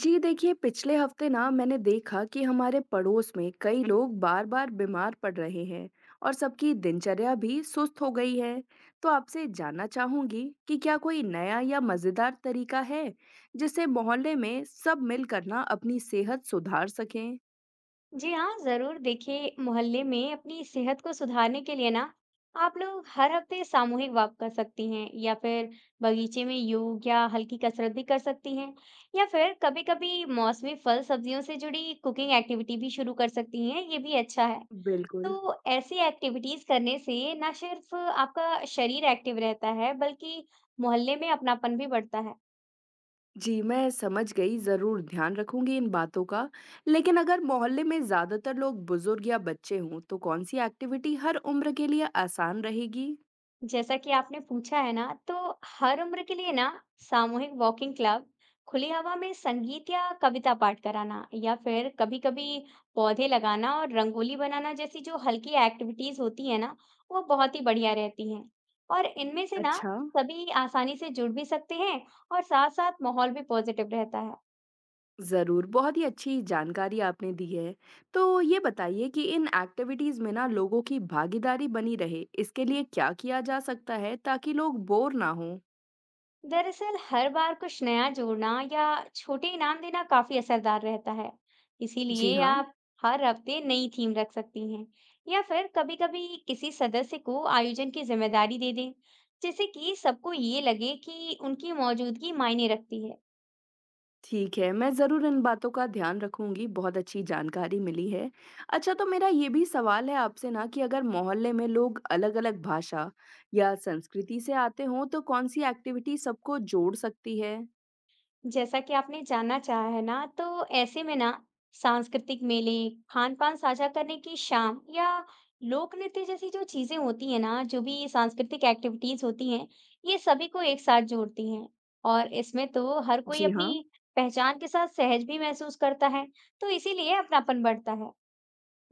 जी देखिए, पिछले हफ्ते ना मैंने देखा कि हमारे पड़ोस में कई लोग बार बार बीमार पड़ रहे हैं और सबकी दिनचर्या भी सुस्त हो गई है। तो आपसे जानना चाहूंगी कि क्या कोई नया या मजेदार तरीका है जिससे मोहल्ले में सब मिलकर ना अपनी सेहत सुधार सकें। जी हाँ जरूर। देखिए मोहल्ले में अपनी सेहत को सुधारने के लिए ना आप लोग हर हफ्ते सामूहिक वॉक कर सकती हैं, या फिर बगीचे में योग या हल्की कसरत भी कर सकती हैं, या फिर कभी कभी मौसमी फल सब्जियों से जुड़ी कुकिंग एक्टिविटी भी शुरू कर सकती हैं। ये भी अच्छा है। बिल्कुल। तो ऐसी एक्टिविटीज करने से ना सिर्फ आपका शरीर एक्टिव रहता है, बल्कि मोहल्ले में अपनापन भी बढ़ता है। जी मैं समझ गई, जरूर ध्यान रखूंगी इन बातों का। लेकिन अगर मोहल्ले में ज्यादातर लोग बुजुर्ग या बच्चे हों तो कौन सी एक्टिविटी हर उम्र के लिए आसान रहेगी? जैसा कि आपने पूछा है ना, तो हर उम्र के लिए ना सामूहिक वॉकिंग क्लब, खुली हवा में संगीत या कविता पाठ कराना, या फिर कभी-कभी पौधे लगाना और रंगोली बनाना जैसी जो हल्की एक्टिविटीज होती है ना, वो बहुत ही बढ़िया रहती हैं। और इनमें से ना अच्छा। सभी आसानी से जुड़ भी सकते हैं, और साथ-साथ माहौल भी पॉजिटिव रहता है। ज़रूर, बहुत ही अच्छी जानकारी आपने दी है। तो ये बताइए कि इन एक्टिविटीज़ में ना लोगों की भागीदारी बनी रहे, इसके लिए क्या किया जा सकता है ताकि लोग बोर ना हों? दरअसल हर बार कुछ नया जोड़ना या छोटे इनाम देना काफी असरदार रहता है। जी इसीलिए हाँ, आप हर हफ्ते नई थीम रख सकती हैं, या फिर कभी-कभी किसी सदस्य को आयोजन की जिम्मेदारी दे दें, जिससे कि सबको ये लगे कि उनकी मौजूदगी मायने रखती है। ठीक है, मैं ज़रूर इन बातों का ध्यान रखूँगी, बहुत अच्छी जानकारी मिली है। अच्छा तो मेरा ये भी सवाल है आपसे ना कि अगर मोहल्ले में लोग अलग-अलग भाषा या संस्कृति से आते हों, तो कौन-सी एक्टिविटी सबको जोड़ सकती है? जैसा कि आपने जानना चाहा है ना, तो ऐसे में ना सांस्कृतिक मेले, खान पान साझा करने की शाम, या लोक नृत्य जैसी जो चीजें होती है ना, जो भी सांस्कृतिक एक्टिविटीज होती हैं, ये सभी को एक साथ जोड़ती हैं। और इसमें तो हर कोई जी हाँ। अपनी पहचान के साथ सहज भी महसूस करता है, तो इसीलिए अपनापन बढ़ता है।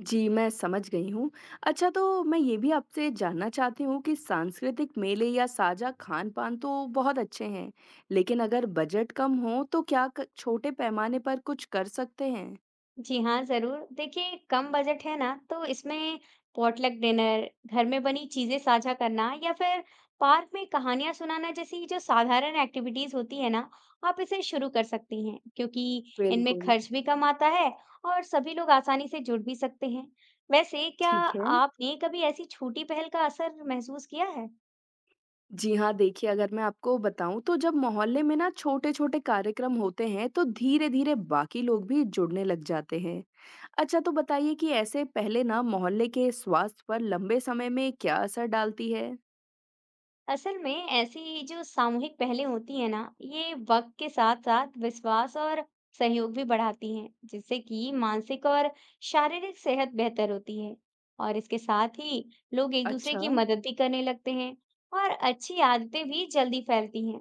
जी, मैं समझ गई हूँ। अच्छा, तो मैं ये भी आपसे जानना चाहती हूँ कि सांस्कृतिक मेले या साझा खान-पान तो बहुत अच्छे हैं, लेकिन अगर बजट कम हो तो क्या क छोटे पैमाने पर कुछ कर सकते हैं? जी हाँ, ज़रूर। देखिए, कम बजट है ना, तो इसमें पॉटलक डिनर, घर में बनी चीज़ें साझा करना, या फिर पार्क में कहानियाँ सुनाना जैसी जो साधारण एक्टिविटीज़ होती है ना, आप इसे शुरू कर सकती हैं, क्योंकि इनमें बिल्कुल। खर्च भी कम आता है, और सभी लोग आसानी से जुड़ भी सकते हैं। वैसे, क्या ठीक है। आपने कभी ऐसी छोटी पहल का असर महसूस किया है? जी हाँ, देखिए, अगर मैं आपको बताऊँ तो जब मोहल्ले में ना छोटे-छोटे कार्यक्रम होते हैं तो धीरे-धीरे बाकी लोग भी जुड़ने लग जाते हैं। अच्छा तो बताइए कि ऐसे पहले ना मोहल्ले के स्वास्थ्य पर लंबे समय में क्या असर डालती है? असल में ऐसी जो सामूहिक पहलें होती है ना, ये वक्त के साथ साथ विश्वास और सहयोग भी बढ़ाती हैं, जिससे कि मानसिक और शारीरिक सेहत बेहतर होती है। और इसके साथ ही लोग एक दूसरे अच्छा। की मदद भी करने लगते हैं, और अच्छी आदतें भी जल्दी फैलती हैं।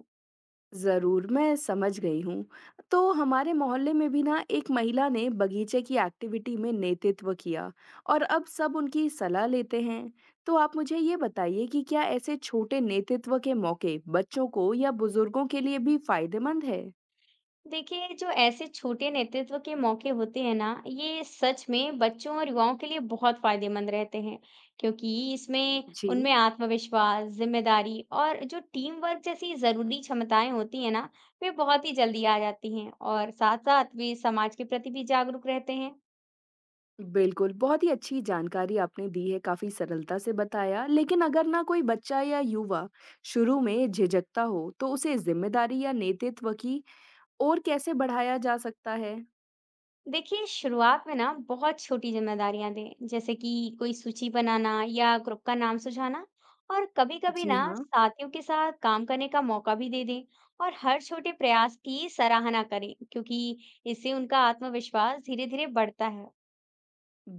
जरूर, मैं समझ गई हूँ। तो हमारे मोहल्ले में भी ना एक महिला ने बगीचे की एक्टिविटी में नेतृत्व किया और अब सब उनकी सलाह लेते हैं। तो आप मुझे ये बताइए कि क्या ऐसे छोटे नेतृत्व के मौके बच्चों को या बुजुर्गों के लिए भी फायदेमंद है? देखिए, जो ऐसे छोटे नेतृत्व के मौके होते हैं ना, ये सच में बच्चों और युवाओं के लिए बहुत फायदेमंद रहते हैं, क्योंकि इसमें जी। उनमें आत्मविश्वास, जिम्मेदारी और जो टीम वर्क जैसी जरूरी क्षमताएं होती है ना, वे बहुत ही जल्दी आ जाती हैं। और साथ साथ वे समाज के प्रति भी जागरूक रहते हैं। बिल्कुल, बहुत ही अच्छी जानकारी आपने दी है, काफी सरलता से बताया। लेकिन अगर ना कोई बच्चा या युवा शुरू में झिझकता हो तो उसे जिम्मेदारी या नेतृत्व की ओर कैसे बढ़ाया जा सकता है? देखिए, शुरुआत में ना बहुत छोटी जिम्मेदारियां दें, जैसे कि कोई सूची बनाना या ग्रुप का नाम सुझाना, और कभी कभी जी ना हाँ, साथियों के साथ काम करने का मौका भी दे दें, और हर छोटे प्रयास की सराहना करें, क्योंकि इससे उनका आत्मविश्वास धीरे धीरे बढ़ता है।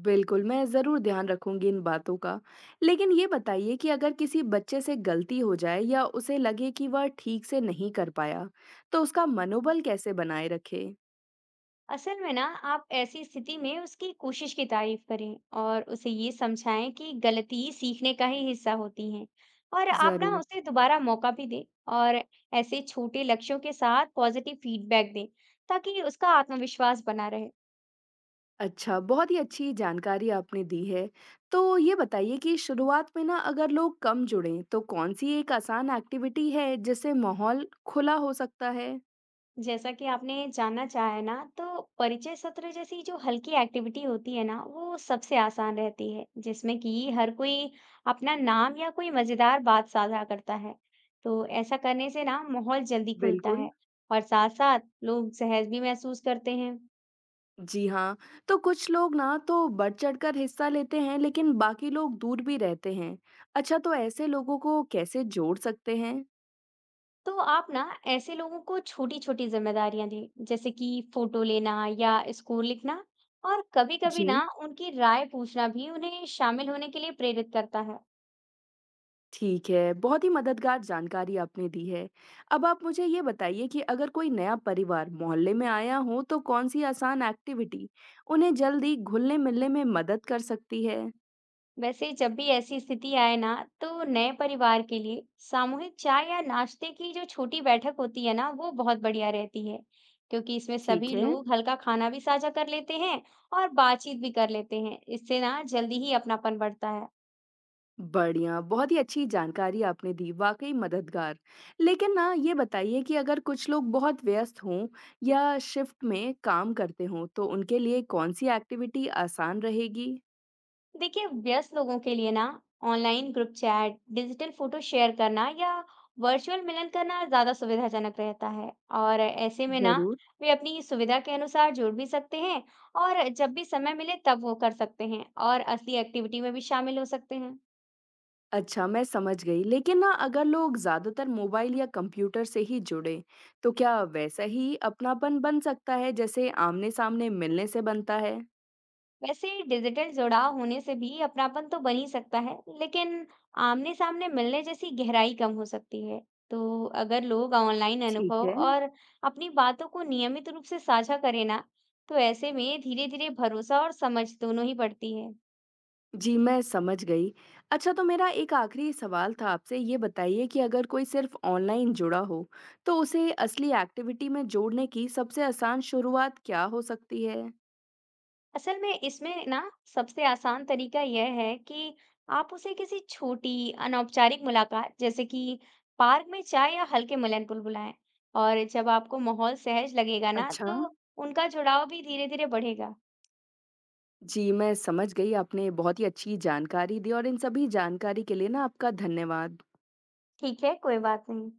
बिल्कुल, मैं ज़रूर ध्यान रखूँगी इन बातों का। लेकिन ये बताइए कि अगर किसी बच्चे से गलती हो जाए या उसे लगे कि वह ठीक से नहीं कर पाया, तो उसका मनोबल कैसे बनाए रखें? असल में ना आप ऐसी स्थिति में उसकी कोशिश की तारीफ करें, और उसे ये समझाएं कि गलती सीखने का ही हिस्सा होती है, और आप ना ज़रूर। उसे दोबारा मौका भी दें। और ऐसे छोटे लक्ष्यों के साथ पॉजिटिव फीडबैक दें, ताकि उसका आत्मविश्वास बना रहे। अच्छा, बहुत ही अच्छी जानकारी आपने दी है। तो ये बताइए कि शुरुआत में ना अगर लोग कम जुड़ें, तो कौन-सी एक आसान एक्टिविटी है जिससे माहौल खुला हो सकता है? जैसा कि आपने जानना चाहा है ना, तो परिचय सत्र जैसी जो हल्की एक्टिविटी होती है ना, वो सबसे आसान रहती है, जिसमें कि हर कोई अपना नाम या कोई मजेदार बात साझा करता है। तो ऐसा करने से ना माहौल जल्दी खुलता बिल्कुल। है, और साथ-साथ लोग सहज भी महसूस करते हैं। जी हाँ, तो कुछ लोग ना तो बढ़ चढ़कर हिस्सा लेते हैं, लेकिन बाकी लोग दूर भी रहते हैं। अच्छा, तो ऐसे लोगों को कैसे जोड़ सकते हैं? तो आप ना ऐसे लोगों को छोटी-छोटी जिम्मेदारियां दें, जैसे कि फोटो लेना या स्कोर लिखना, और कभी-कभी ना जी, उनकी राय पूछना भी उन्हें शामिल होने के लिए प्रेरित करता है। ठीक है, बहुत ही मददगार जानकारी आपने दी है। अब आप मुझे ये बताइए कि अगर कोई नया परिवार मोहल्ले में आया हो, तो कौन सी आसान एक्टिविटी उन्हें जल्दी घुलने-मिलने में मदद कर सकती है? वैसे जब भी ऐसी स्थिति आए ना, तो नए परिवार के लिए सामूहिक चाय या नाश्ते की जो छोटी बैठक होती है ना, वो बहुत बढ़िया रहती है, क्योंकि इसमें ठीक सभी है। लोग हल्का खाना भी साझा कर लेते हैं, और बातचीत भी कर लेते हैं। इससे ना जल्दी ही अपनापन बढ़ता है। बढ़िया, बहुत ही अच्छी जानकारी आपने दी, वाक़ई मददगार। लेकिन ना ये बताइए कि अगर कुछ लोग बहुत व्यस्त हों या शिफ्ट में काम करते हों, तो उनके लिए कौन-सी एक्टिविटी आसान रहेगी? देखिए, व्यस्त लोगों के लिए ना online group chat, digital photo share करना, या वर्चुअल मिलन करना ज्यादा सुविधाजनक रहता है। और ऐसे में ना ज़रूर। वे अपनी सुविधा के अनुसार जुड़ भी सकते हैं, और जब भी समय मिले तब वो कर सकते हैं, और असली एक्टिविटी में भी शामिल हो सकते हैं। अच्छा, मैं समझ गई। लेकिन ना अगर लोग ज़्यादातर मोबाइल या कंप्यूटर से ही जुड़ें, तो क्या वैसा ही अपनापन बन सकता है जैसे आमने-सामने मिलने से बनता है? वैसे डिजिटल जुड़ाव होने से भी अपनापन तो बन ही सकता है, लेकिन आमने सामने मिलने जैसी गहराई कम हो सकती है। तो अगर लोग ऑनलाइन ठीक अनुभव है। और अपनी बातों को नियमित रूप से साझा करें ना, तो ऐसे में धीरे धीरे भरोसा और समझ दोनों ही बढ़ती है। जी, मैं समझ गई। अच्छा, तो मेरा एक आखिरी सवाल था आपसे, ये बताइए कि अगर कोई सिर्फ़ ऑनलाइन जुड़ा हो, तो उसे असली एक्टिविटी में जोड़ने की सबसे आसान शुरुआत क्या हो सकती है? असल में इसमें ना सबसे आसान तरीका यह है कि आप उसे किसी छोटी अनौपचारिक मुलाकात, जैसे कि पार्क में चाय या हल्के मिलन पर बुलाएं, और जब आपको माहौल सहज लगेगा ना, अच्छा। तो उनका जुड़ाव भी धीरे धीरे बढ़ेगा। जी, मैं समझ गई। आपने बहुत ही अच्छी जानकारी दी और इन सभी जानकारी के लिए ना आपका धन्यवाद। ठीक है, कोई बात नहीं।